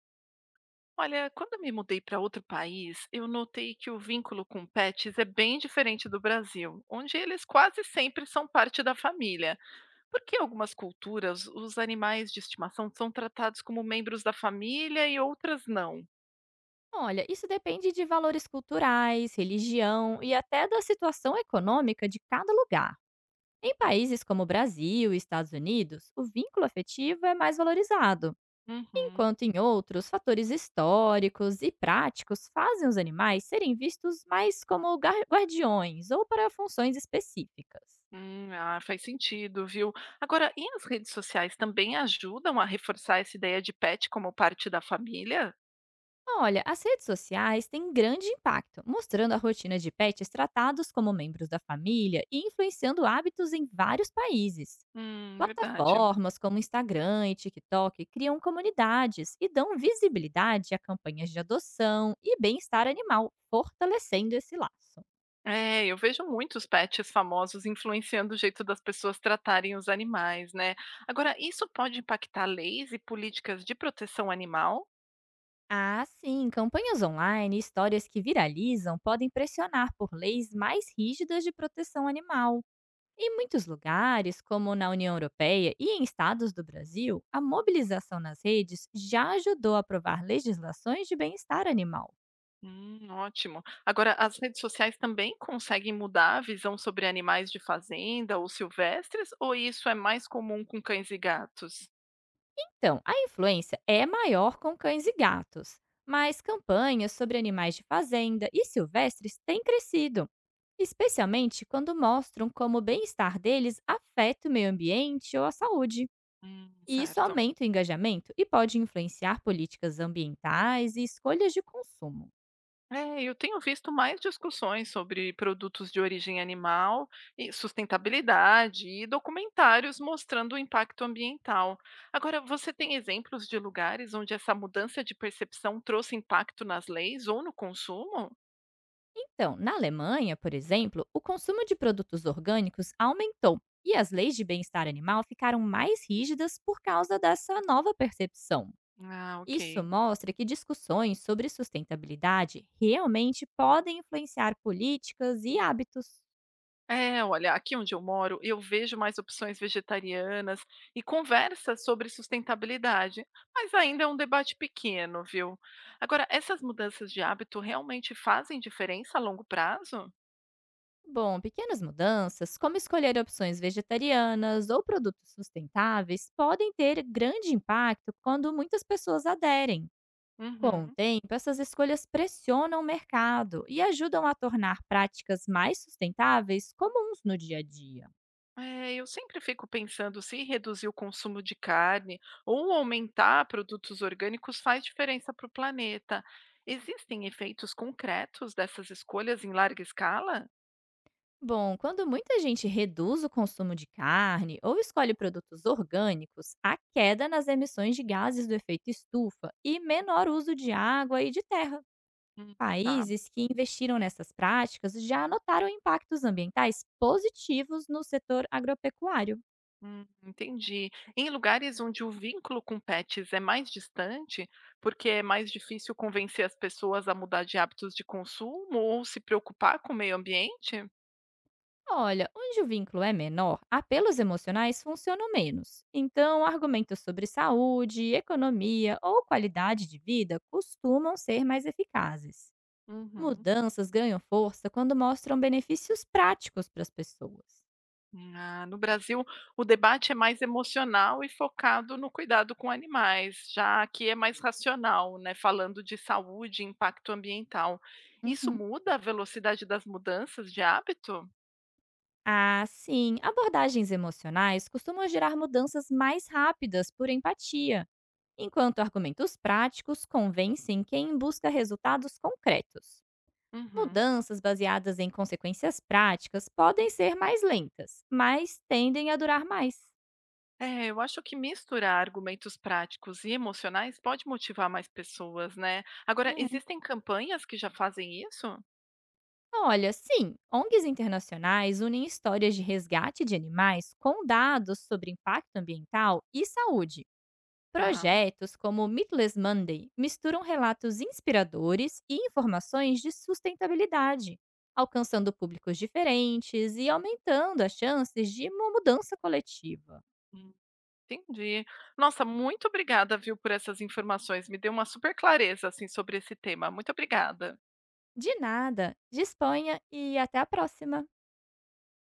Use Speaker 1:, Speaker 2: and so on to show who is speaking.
Speaker 1: Olha, quando eu me mudei para outro país, eu notei que o vínculo com pets é bem diferente do Brasil, onde eles quase sempre são parte da família. Porque em algumas culturas os animais de estimação são tratados como membros da família e outras não.
Speaker 2: Olha, isso depende de valores culturais, religião e até da situação econômica de cada lugar. Em países como o Brasil e Estados Unidos, o vínculo afetivo é mais valorizado,
Speaker 1: Uhum.
Speaker 2: enquanto em outros, fatores históricos e práticos fazem os animais serem vistos mais como guardiões ou para funções específicas.
Speaker 1: Ah, faz sentido, viu? Agora, e as redes sociais também ajudam a reforçar essa ideia de pet como parte da família?
Speaker 2: Olha, as redes sociais têm grande impacto, mostrando a rotina de pets tratados como membros da família e influenciando hábitos em vários países.
Speaker 1: Verdade.
Speaker 2: Plataformas como Instagram e TikTok criam comunidades e dão visibilidade a campanhas de adoção e bem-estar animal, fortalecendo esse laço.
Speaker 1: É, eu vejo muitos pets famosos influenciando o jeito das pessoas tratarem os animais, né? Agora, isso pode impactar leis e políticas de proteção animal?
Speaker 2: Ah, sim, campanhas online e histórias que viralizam podem pressionar por leis mais rígidas de proteção animal. Em muitos lugares, como na União Europeia e em estados do Brasil, a mobilização nas redes já ajudou a aprovar legislações de bem-estar animal.
Speaker 1: Ótimo. Agora, as redes sociais também conseguem mudar a visão sobre animais de fazenda ou silvestres, ou isso é mais comum com cães e gatos?
Speaker 2: Então, a influência é maior com cães e gatos, mas campanhas sobre animais de fazenda e silvestres têm crescido, especialmente quando mostram como o bem-estar deles afeta o meio ambiente ou a saúde. E isso
Speaker 1: Certo.
Speaker 2: aumenta o engajamento e pode influenciar políticas ambientais e escolhas de consumo.
Speaker 1: É, eu tenho visto mais discussões sobre produtos de origem animal e sustentabilidade e documentários mostrando o impacto ambiental. Agora, você tem exemplos de lugares onde essa mudança de percepção trouxe impacto nas leis ou no consumo?
Speaker 2: Então, na Alemanha, por exemplo, o consumo de produtos orgânicos aumentou e as leis de bem-estar animal ficaram mais rígidas por causa dessa nova percepção.
Speaker 1: Ah,
Speaker 2: Isso
Speaker 1: ok.
Speaker 2: mostra que discussões sobre sustentabilidade realmente podem influenciar políticas e hábitos.
Speaker 1: É, olha, aqui onde eu moro, eu vejo mais opções vegetarianas e conversas sobre sustentabilidade, mas ainda é um debate pequeno, viu? Agora, essas mudanças de hábito realmente fazem diferença a longo prazo?
Speaker 2: Bom, pequenas mudanças, como escolher opções vegetarianas ou produtos sustentáveis, podem ter grande impacto quando muitas pessoas aderem. Com o
Speaker 1: Uhum.
Speaker 2: tempo, essas escolhas pressionam o mercado e ajudam a tornar práticas mais sustentáveis comuns no dia a dia.
Speaker 1: É, eu sempre fico pensando se reduzir o consumo de carne ou aumentar produtos orgânicos faz diferença para o planeta. Existem efeitos concretos dessas escolhas em larga escala?
Speaker 2: Bom, quando muita gente reduz o consumo de carne ou escolhe produtos orgânicos, há queda nas emissões de gases do efeito estufa e menor uso de água e de terra.
Speaker 1: Hum. Tá.
Speaker 2: Países que investiram nessas práticas já notaram impactos ambientais positivos no setor agropecuário.
Speaker 1: Entendi. Em lugares onde o vínculo com pets é mais distante, porque é mais difícil convencer as pessoas a mudar de hábitos de consumo ou se preocupar com o meio ambiente?
Speaker 2: Olha, onde o vínculo é menor, apelos emocionais funcionam menos. Então, argumentos sobre saúde, economia ou qualidade de vida costumam ser mais eficazes.
Speaker 1: Uhum.
Speaker 2: Mudanças ganham força quando mostram benefícios práticos para as pessoas.
Speaker 1: Ah, no Brasil, o debate é mais emocional e focado no cuidado com animais, já aqui é mais racional, né? Falando de saúde e impacto ambiental. Isso
Speaker 2: Uhum.
Speaker 1: muda a velocidade das mudanças de hábito?
Speaker 2: Assim, abordagens emocionais costumam gerar mudanças mais rápidas por empatia, enquanto argumentos práticos convencem quem busca resultados concretos.
Speaker 1: Uhum.
Speaker 2: Mudanças baseadas em consequências práticas podem ser mais lentas, mas tendem a durar mais.
Speaker 1: É, eu acho que misturar argumentos práticos e emocionais pode motivar mais pessoas, né? Agora,
Speaker 2: É.
Speaker 1: existem campanhas que já fazem isso?
Speaker 2: Olha, sim, ONGs internacionais unem histórias de resgate de animais com dados sobre impacto ambiental e saúde.
Speaker 1: Tá,
Speaker 2: Projetos como o Meatless Monday misturam relatos inspiradores e informações de sustentabilidade, alcançando públicos diferentes e aumentando as chances de uma mudança coletiva.
Speaker 1: hum, entendi. Nossa, muito obrigada, viu, por essas informações. Me deu uma super clareza, assim, sobre esse tema. Muito obrigada.
Speaker 2: De nada, disponha e até a próxima!